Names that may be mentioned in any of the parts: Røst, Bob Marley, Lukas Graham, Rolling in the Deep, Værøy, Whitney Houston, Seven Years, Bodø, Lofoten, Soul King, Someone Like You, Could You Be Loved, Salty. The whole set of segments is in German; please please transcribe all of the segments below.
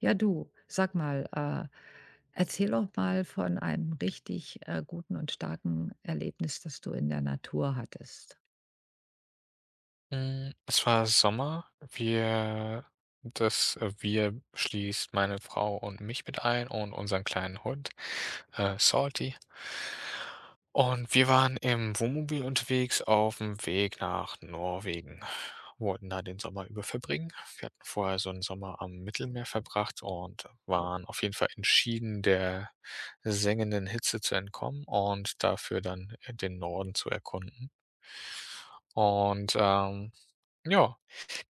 Ja, du, sag mal, erzähl doch mal von einem richtig, guten und starken Erlebnis, das du in der Natur hattest. Es war Sommer. Wir wir schließt meine Frau und mich mit ein und unseren kleinen Hund, Salty. Und wir waren im Wohnmobil unterwegs auf dem Weg nach Norwegen, wollten da den Sommer über verbringen. Wir hatten vorher so einen Sommer am Mittelmeer verbracht und waren auf jeden Fall entschieden, der sengenden Hitze zu entkommen und dafür dann, den Norden zu erkunden. Und, ähm, ja,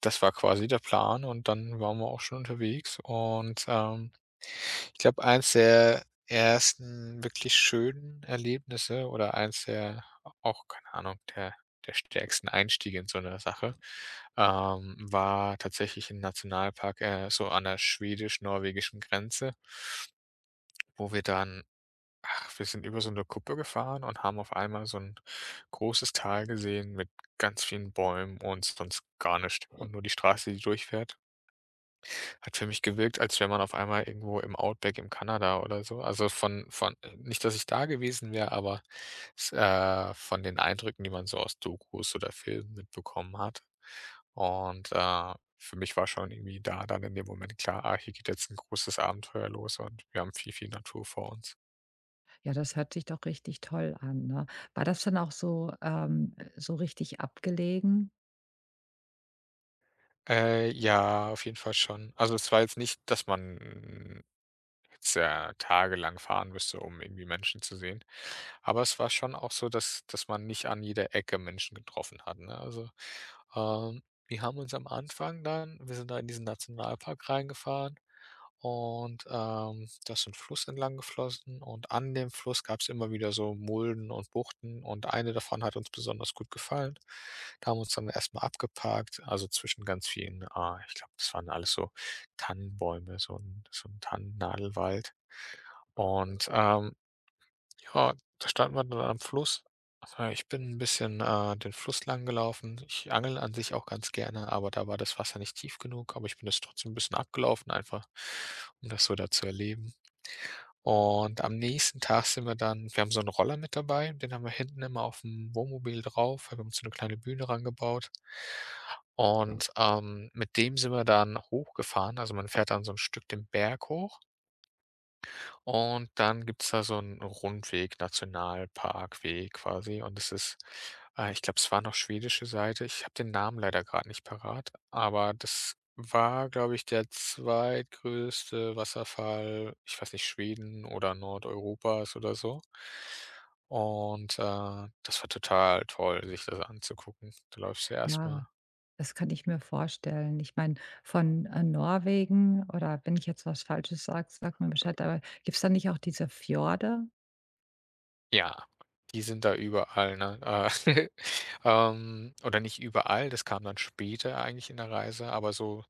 das war quasi der Plan und dann waren wir auch schon unterwegs und, ich glaube, eins der ersten wirklich schönen Erlebnisse oder eins der auch, keine Ahnung, der der stärksten Einstiege in so eine Sache, war tatsächlich im Nationalpark, so an der schwedisch-norwegischen Grenze, wo wir dann wir sind über so eine Kuppe gefahren und haben auf einmal so ein großes Tal gesehen mit ganz vielen Bäumen und sonst gar nichts und nur die Straße, die durchfährt. Hat für mich gewirkt, als wäre man auf einmal irgendwo im Outback in Kanada oder so. Also, von nicht, dass ich da gewesen wäre, aber s von den Eindrücken, die man so aus Dokus oder Filmen mitbekommen hat. Und, für mich war schon irgendwie da dann in dem Moment klar: „Ah, hier geht jetzt ein großes Abenteuer los und wir haben viel, viel Natur vor uns.“ Ja, das hört sich doch richtig toll an, ne? War das dann auch so, so richtig abgelegen? Ja, auf jeden Fall schon. Also, es war jetzt nicht, dass man hättest ja tagelang fahren müsste, um irgendwie Menschen zu sehen. Aber es war schon auch so, dass man nicht an jeder Ecke Menschen getroffen hat, ne? Also, ähm, wir haben uns am Anfang dann wir sind da in diesen Nationalpark reingefahren und, da ist 'n Fluss entlang geflossen und an dem Fluss gab es immer wieder so Mulden und Buchten und eine davon hat uns besonders gut gefallen. Da haben wir uns dann erst mal abgeparkt, also zwischen ganz vielen, ah, ich glaube, das waren alles so Tannenbäume, so ein Tannennadelwald. Und, ähm, ja, da standen wir dann am Fluss. Ich bin ein bisschen, den Fluss lang gelaufen. Ich angle an sich auch ganz gerne, aber da war das Wasser nicht tief genug, aber ich bin das trotzdem ein bisschen abgelaufen, einfach um das so da zu erleben. Und am nächsten Tag sind wir dann wir haben so einen Roller mit dabei, den haben wir hinten immer auf dem Wohnmobil drauf. Wir haben uns so eine kleine Bühne rangebaut. Mhm. Und, mit dem sind wir dann hochgefahren. Also, man fährt dann so ein Stück den Berg hoch. Und dann gibt's da so einen Rundweg, Nationalparkweg quasi und es ist ich glaube, es war noch schwedische Seite. Ich habe den Namen leider gerade nicht parat, aber das war, glaube ich, der zweitgrößte Wasserfall, ich weiß nicht, Schweden oder Nordeuropas oder so. Und, das war total toll, sich das anzugucken. Du läufst ja erst Ja, mal. das kann ich mir vorstellen. Ich meine, von, Norwegen, oder wenn ich jetzt was Falsches sage, sag mir Bescheid, aber gibt's da nicht auch diese Fjorde? Ja, die sind da überall, ne? Äh, oder nicht überall, das kam dann später eigentlich in der Reise, aber so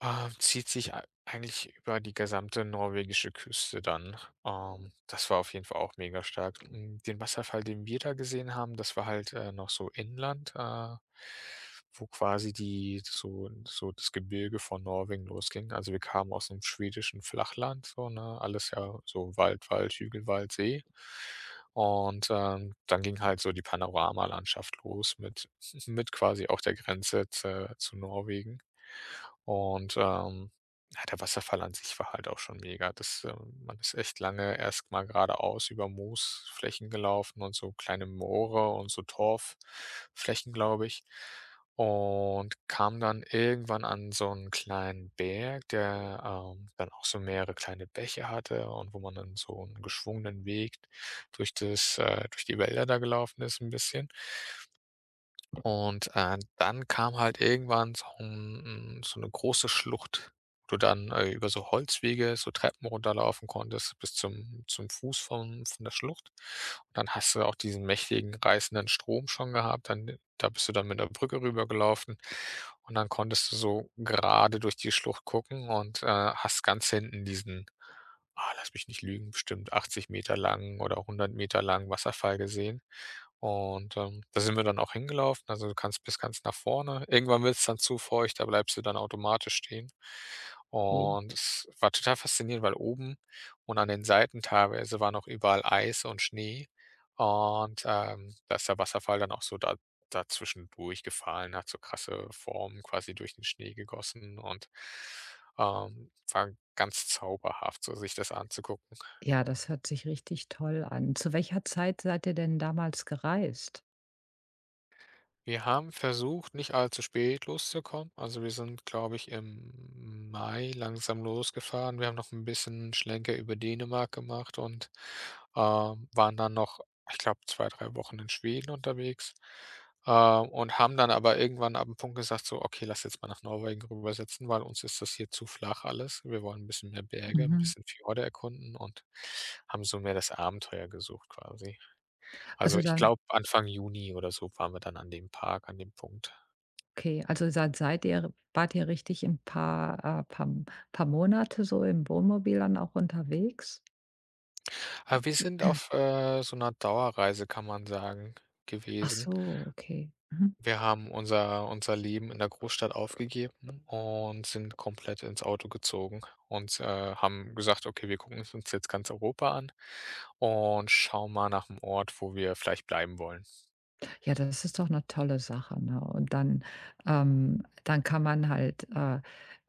zieht sich ei eigentlich über die gesamte norwegische Küste dann. Das war auf jeden Fall auch mega stark. Den Wasserfall, den wir da gesehen haben, das war halt, noch so Inland, wo quasi die so das Gebirge von Norwegen losging. Also, wir kamen aus dem schwedischen Flachland so, ne? Alles ja so Wald, Wald, Hügel, Wald, See. Und, dann ging halt so die Panoramalandschaft los mit quasi auch der Grenze z zu Norwegen. Und, ja, der Wasserfall an sich war halt auch schon mega. Das, man ist echt lange erst mal geradeaus über Moosflächen gelaufen und so kleine Moore und so Torfflächen, glaube ich, und kam dann irgendwann an so einen kleinen Berg, der, dann auch so mehrere kleine Bäche hatte und wo man dann so einen geschwungenen Weg durch das durch die Wälder da gelaufen ist ein bisschen. Und, dann kam halt irgendwann so 'ne große Schlucht, wo du dann, über so Holzwege, so Treppen runterlaufen konntest bis zum Fuß von der Schlucht. Und dann hast du auch diesen mächtigen, reißenden Strom schon gehabt. Dann da bist du dann mit der Brücke rübergelaufen und dann konntest du so gerade durch die Schlucht gucken und, hast ganz hinten diesen, ah, lass mich nicht lügen, bestimmt 80 Meter lang oder 100 Meter lang Wasserfall gesehen. Und, da sind wir dann auch hingelaufen. Also, du kannst bis ganz nach vorne. Irgendwann wird es dann zu feucht, da bleibst du dann automatisch stehen. Okay. Und es war total faszinierend, weil oben und an den Seiten teilweise war noch überall Eis und Schnee. Und, da ist der Wasserfall dann auch so da dazwischen durchgefallen, hat so krasse Formen quasi durch den Schnee gegossen und, war ganz zauberhaft, so sich das anzugucken. Ja, das hört sich richtig toll an. Zu welcher Zeit seid ihr denn damals gereist? Wir haben versucht, nicht allzu spät loszukommen. Also, wir sind, glaube ich, im Mai langsam losgefahren. Wir haben noch ein bisschen Schlenker über Dänemark gemacht und, waren dann noch, ich glaube, 2, 3 Wochen in Schweden unterwegs, und haben dann aber irgendwann ab dem Punkt gesagt so: „Okay, lass jetzt mal nach Norwegen rübersetzen, weil uns ist das hier zu flach alles. Wir wollen ein bisschen mehr Berge, ein Mhm. bisschen Fjorde erkunden“ und haben so mehr das Abenteuer gesucht quasi. Also, Also ich dann glaube, Anfang Juni oder so waren wir dann an dem Park, an dem Punkt. Okay, also dann seid ihr wart ihr richtig ein paar paar Monate so im Wohnmobil dann auch unterwegs? Aber wir sind auf, so einer Dauerreise, kann man sagen, Ach gewesen. so, okay. Mhm. Wir haben unser Leben in der Großstadt aufgegeben und sind komplett ins Auto gezogen und, haben gesagt: „Okay, wir gucken es uns jetzt ganz Europa an und schauen mal nach 'm Ort, wo wir vielleicht bleiben wollen.“ Ja, das ist doch eine tolle Sache, ne? Und dann dann kann man halt, äh,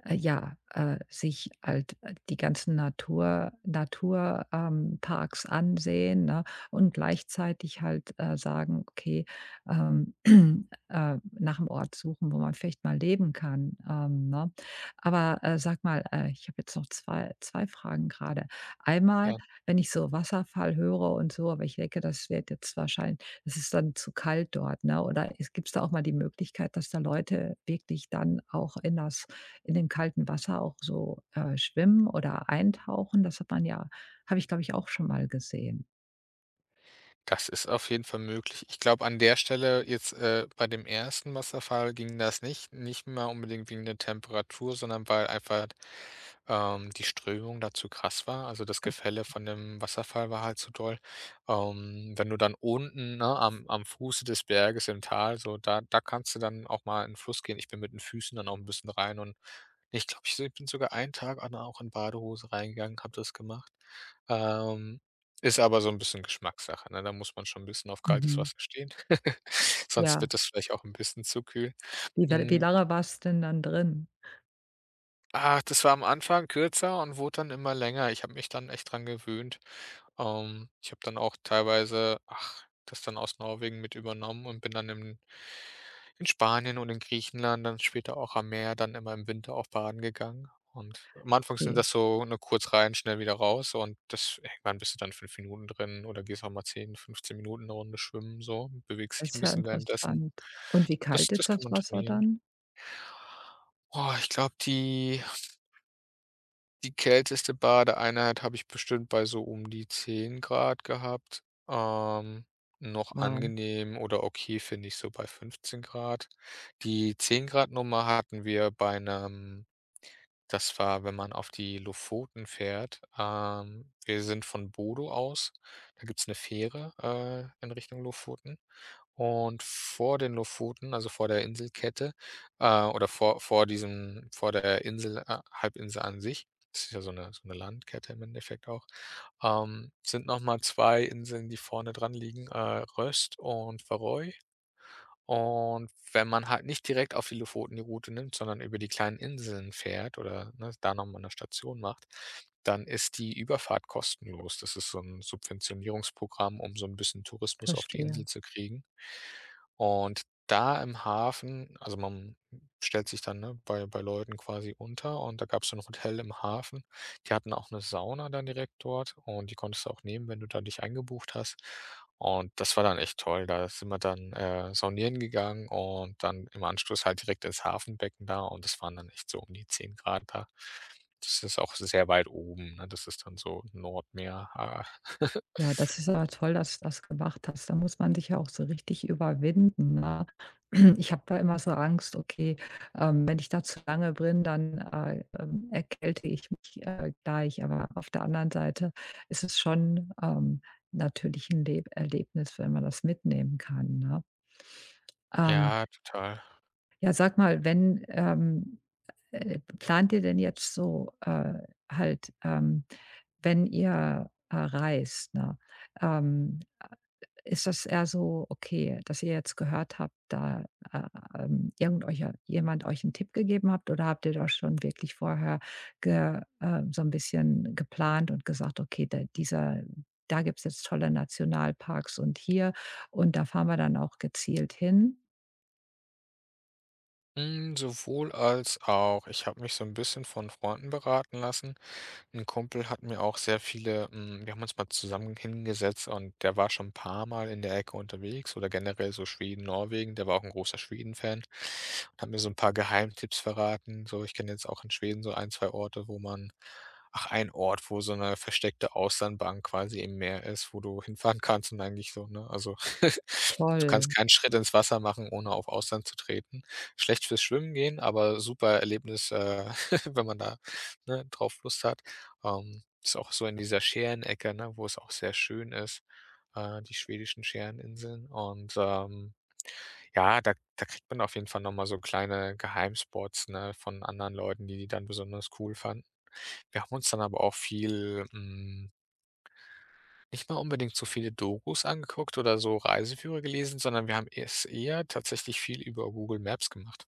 äh, ja, sich halt, die ganzen Natur- Parks ansehen, ne, und gleichzeitig halt, sagen: „Okay, ähm, nach einem Ort suchen, wo man vielleicht mal leben kann“, ne? Aber, sag mal, ich habe jetzt noch zwei Fragen gerade. Einmal, Ja. wenn ich so Wasserfall höre und so, aber ich denke, das wird jetzt wahrscheinlich, es ist dann zu kalt dort, ne? Oder es gibt's da auch mal die Möglichkeit, dass da Leute wirklich dann auch in dem kalten Wasser auch so, schwimmen oder eintauchen? Das hat man ja Habe ich, glaube ich, auch schon mal gesehen. Das ist auf jeden Fall möglich. Ich glaube, an der Stelle jetzt, bei dem ersten Wasserfall ging das nicht, nicht mal unbedingt wegen der Temperatur, sondern weil einfach die Strömung da zu krass war. Also, das Ok, Gefälle von dem Wasserfall war halt so doll. Wenn du dann unten, ne, am Fuße des Berges im Tal, so da kannst du dann auch mal in den Fluss gehen. Ich bin mit den Füßen dann auch ein bisschen rein und ich glaube, ich bin sogar einen Tag an auch in Badehose reingegangen, habe das gemacht. Ähm, Ist aber so ein bisschen Geschmackssache, ne? Da muss man schon ein bisschen auf kaltes mhm, Wasser stehen. Sonst ja. wird das vielleicht auch ein bisschen zu kühl. Wie Hm lange war's denn dann drin? Ah, das war am Anfang kürzer und wurde dann immer länger. Ich habe mich dann echt dran gewöhnt. Ich habe dann auch teilweise, ach, das dann aus Norwegen mit übernommen und bin dann in Spanien und in Griechenland, dann später auch am Meer, dann immer im Winter auch baden gegangen. Und am Anfang sind Okay, das so, nur kurz rein, schnell wieder raus und das irgendwann bist du dann 5 Minuten drin oder gehst auch mal 10, 15 Minuten 'ne Runde schwimmen so, bewegst dich das ein ist ja bisschen währenddessen. interessant. Und wie Das kalt ist das kann das man Wasser trainieren. dann? Oh, ich glaube, die kälteste Badeeinheit habe ich bestimmt bei so um die 10 Grad gehabt. Noch Wow, angenehm oder okay finde ich so bei 15 Grad. Die 10 Grad Nummer hatten wir bei einem, das war, wenn man auf die Lofoten fährt. Wir sind von Bodo aus. Da gibt's eine Fähre, in Richtung Lofoten. Und vor den Lofoten, also vor der Inselkette, oder vor diesem vor der Insel Halbinsel an sich, das ist ja so eine Landkette im Endeffekt auch, sind noch mal 2 Inseln, die vorne dran liegen, Røst und Værøy. Und wenn man halt nicht direkt auf die Lofoten die Route nimmt, sondern über die kleinen Inseln fährt oder, ne, da noch mal 'ne Station macht, dann ist die Überfahrt kostenlos. Das ist so ein Subventionierungsprogramm, um so ein bisschen Tourismus auf die verstehe. Insel zu kriegen. Und da im Hafen also man stellt sich dann, ne, bei bei Leuten quasi unter und da gab es so ein Hotel im Hafen die hatten auch 'ne Sauna dann direkt dort und die konntest du auch nehmen, wenn du da dich eingebucht hast. Und das war dann echt toll. Da sind wir dann, saunieren gegangen und dann im Anschluss halt direkt ins Hafenbecken da und das waren dann echt so um die 10 Grad da. Das ist auch sehr weit oben, ne? Das ist dann so Nordmeer. Ah. Ja, das ist aber toll, dass du das gemacht hast. Da muss man sich ja auch so richtig überwinden, ne? Ich habe da immer so Angst, okay, wenn ich da zu lange bin, dann, erkälte ich mich, gleich. Aber auf der anderen Seite ist es schon, natürlich ein Leb Erlebnis, wenn man das mitnehmen kann, ne? Ähm, Ja, total. ja, sag mal, wenn, plant ihr denn jetzt so, halt, wenn ihr, reist, ne? A Ist das eher so, okay, dass ihr jetzt gehört habt, da, äh, irgend euch ja jemand euch einen Tipp gegeben habt, oder habt ihr da schon wirklich vorher ge so ein bisschen geplant und gesagt: „Okay, da gibt's jetzt tolle Nationalparks, und hier und da fahren wir dann auch gezielt hin?“ Sowohl als auch. Ich habe mich so 'n bisschen von Freunden beraten lassen. Ein Kumpel hat mir auch wir haben uns mal zusammen hingesetzt und der war schon 'n paar Mal in der Ecke unterwegs oder generell so Schweden, Norwegen. Der war auch ein großer Schweden-Fan und hat mir so ein paar Geheimtipps verraten. So, ich kenne jetzt auch in Schweden so ein, 2 Orte, wo man ach, ein Ort, wo so eine versteckte Auslandbank quasi im Meer ist, wo du hinfahren kannst und eigentlich so, ne? Also, du kannst Toll. keinen Schritt ins Wasser machen, ohne auf Ausland zu treten. Schlecht fürs Schwimmen gehen, aber super Erlebnis, wenn man da, ne, drauf Lust hat. Ist auch so in dieser Schärenecke, ne, wo es auch sehr schön ist, die schwedischen Schäreninseln. Und, ja, da kriegt man auf jeden Fall noch mal so kleine Geheimspots, ne, von anderen Leuten, die die dann besonders cool fanden. Wir haben uns dann aber auch viel hm, nicht mal unbedingt so viele Dokus angeguckt oder so Reiseführer gelesen, sondern wir haben es eher tatsächlich viel über Google Maps gemacht,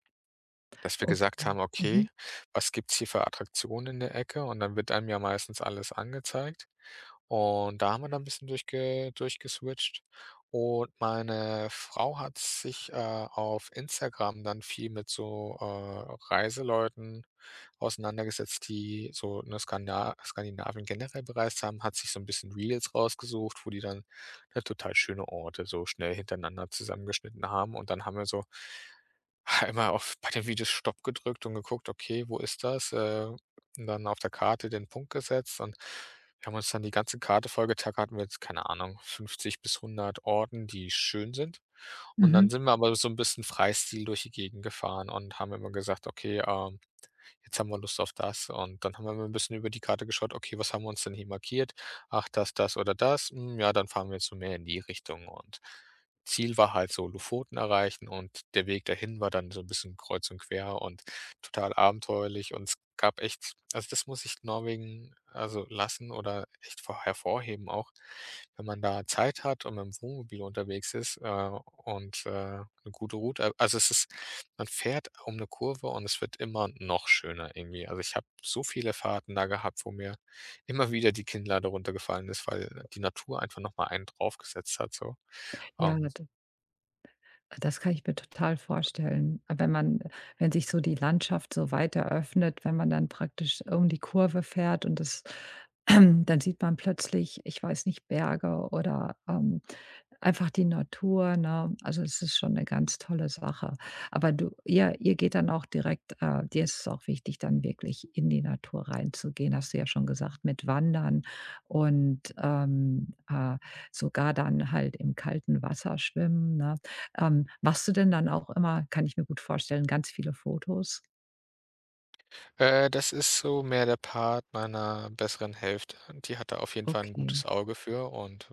dass wir gesagt Okay. haben: „Okay, Mhm. was gibt's hier für Attraktionen in der Ecke?“ Und dann wird einem ja meistens alles angezeigt. Und da haben wir dann ein bisschen durchgeswitcht und meine Frau hat sich, auf Instagram dann viel mit so, Reiseleuten auseinandergesetzt, die so, ne, Skanda Skandinavien generell bereist haben, hat sich so ein bisschen Reels rausgesucht, wo die dann, ne, total schöne Orte so schnell hintereinander zusammengeschnitten haben, und dann haben wir so immer auf bei den Videos Stopp gedrückt und geguckt: „Okay, wo ist das?“ Und dann auf der Karte den Punkt gesetzt, und wir haben uns dann die ganze Karte vollgetackert, hatten wir jetzt, keine Ahnung, 50 bis 100 Orten, die schön sind. Und dann Mhm. sind wir aber so 'n bisschen Freistil durch die Gegend gefahren und haben immer gesagt: „Okay, jetzt haben wir Lust auf das.“ Und dann haben wir mal ein bisschen über die Karte geschaut: „Okay, was haben wir uns denn hier markiert? Ach, das, das oder das. Hm, ja, dann fahren wir jetzt so mehr in die Richtung.“ Und Ziel war halt so Lofoten erreichen, und der Weg dahin war dann so ein bisschen kreuz und quer und total abenteuerlich, und es gab echt also, das muss ich Norwegen, also, lassen oder echt vor hervorheben auch, wenn man da Zeit hat und mit'm Wohnmobil unterwegs ist, und, 'ne gute Route also, es ist man fährt um eine Kurve und es wird immer noch schöner irgendwie. Also, ich habe so viele Fahrten da gehabt, wo mir immer wieder die Kinnlade runtergefallen ist, weil die Natur einfach noch mal einen draufgesetzt hat so. Ja, Ähm das kann ich mir total vorstellen. Aber wenn sich so die Landschaft so weiter öffnet, wenn man dann praktisch um die Kurve fährt und das dann sieht man plötzlich, ich weiß nicht, Berge oder, einfach die Natur, ne? Also, es ist schon eine ganz tolle Sache. Aber du ihr geht dann auch direkt, dir ist es auch wichtig, dann wirklich in die Natur reinzugehen, hast du ja schon gesagt, mit Wandern und, sogar dann halt im kalten Wasser schwimmen, ne? Machst du denn dann auch immer, kann ich mir gut vorstellen, ganz viele Fotos? Das ist so mehr der Part meiner besseren Hälfte. Die hat da auf jeden Fall ein Okay, gutes Auge für, und,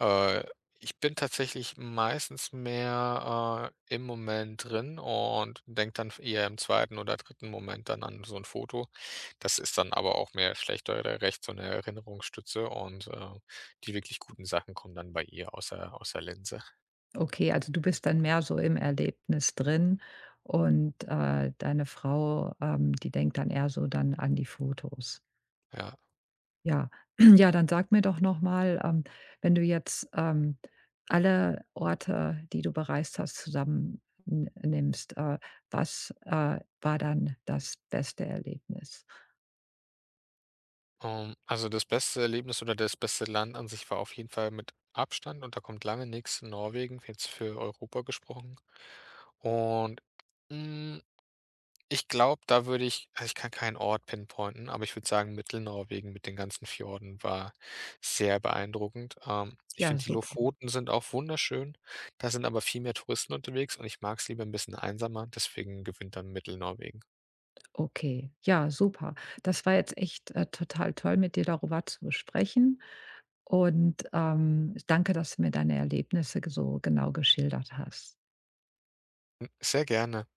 äh, ich bin tatsächlich meistens mehr, im Moment drin und denke dann eher im zweiten oder dritten Moment dann an so ein Foto. Das ist dann aber auch mehr schlecht oder recht so eine Erinnerungsstütze, und, die wirklich guten Sachen kommen dann bei ihr aus der Linse, okay, also du bist dann mehr so im Erlebnis drin, und, deine Frau, die denkt dann eher so dann an die Fotos. ja. Ja. Ja, dann sag mir doch noch mal, wenn du jetzt, alle Orte, die du bereist hast, zusammen n nimmst, was, war dann das beste Erlebnis? Also, das beste Erlebnis oder das beste Land an sich war auf jeden Fall mit Abstand und da kommt lange nix Norwegen, jetzt für Europa gesprochen. Und, hm, ich glaube, da würde ich also, ich kann keinen Ort pinpointen, aber ich würde sagen, Mittelnorwegen mit den ganzen Fjorden war sehr beeindruckend. Ich Ja, finde, die super. Lofoten sind auch wunderschön. Da sind aber viel mehr Touristen unterwegs und ich mag es lieber ein bisschen einsamer, deswegen gewinnt dann Mittelnorwegen. Okay, ja, super. Das war jetzt echt, total toll, mit dir darüber zu sprechen, und, danke, dass du mir deine Erlebnisse so genau geschildert hast. Hm, sehr gerne.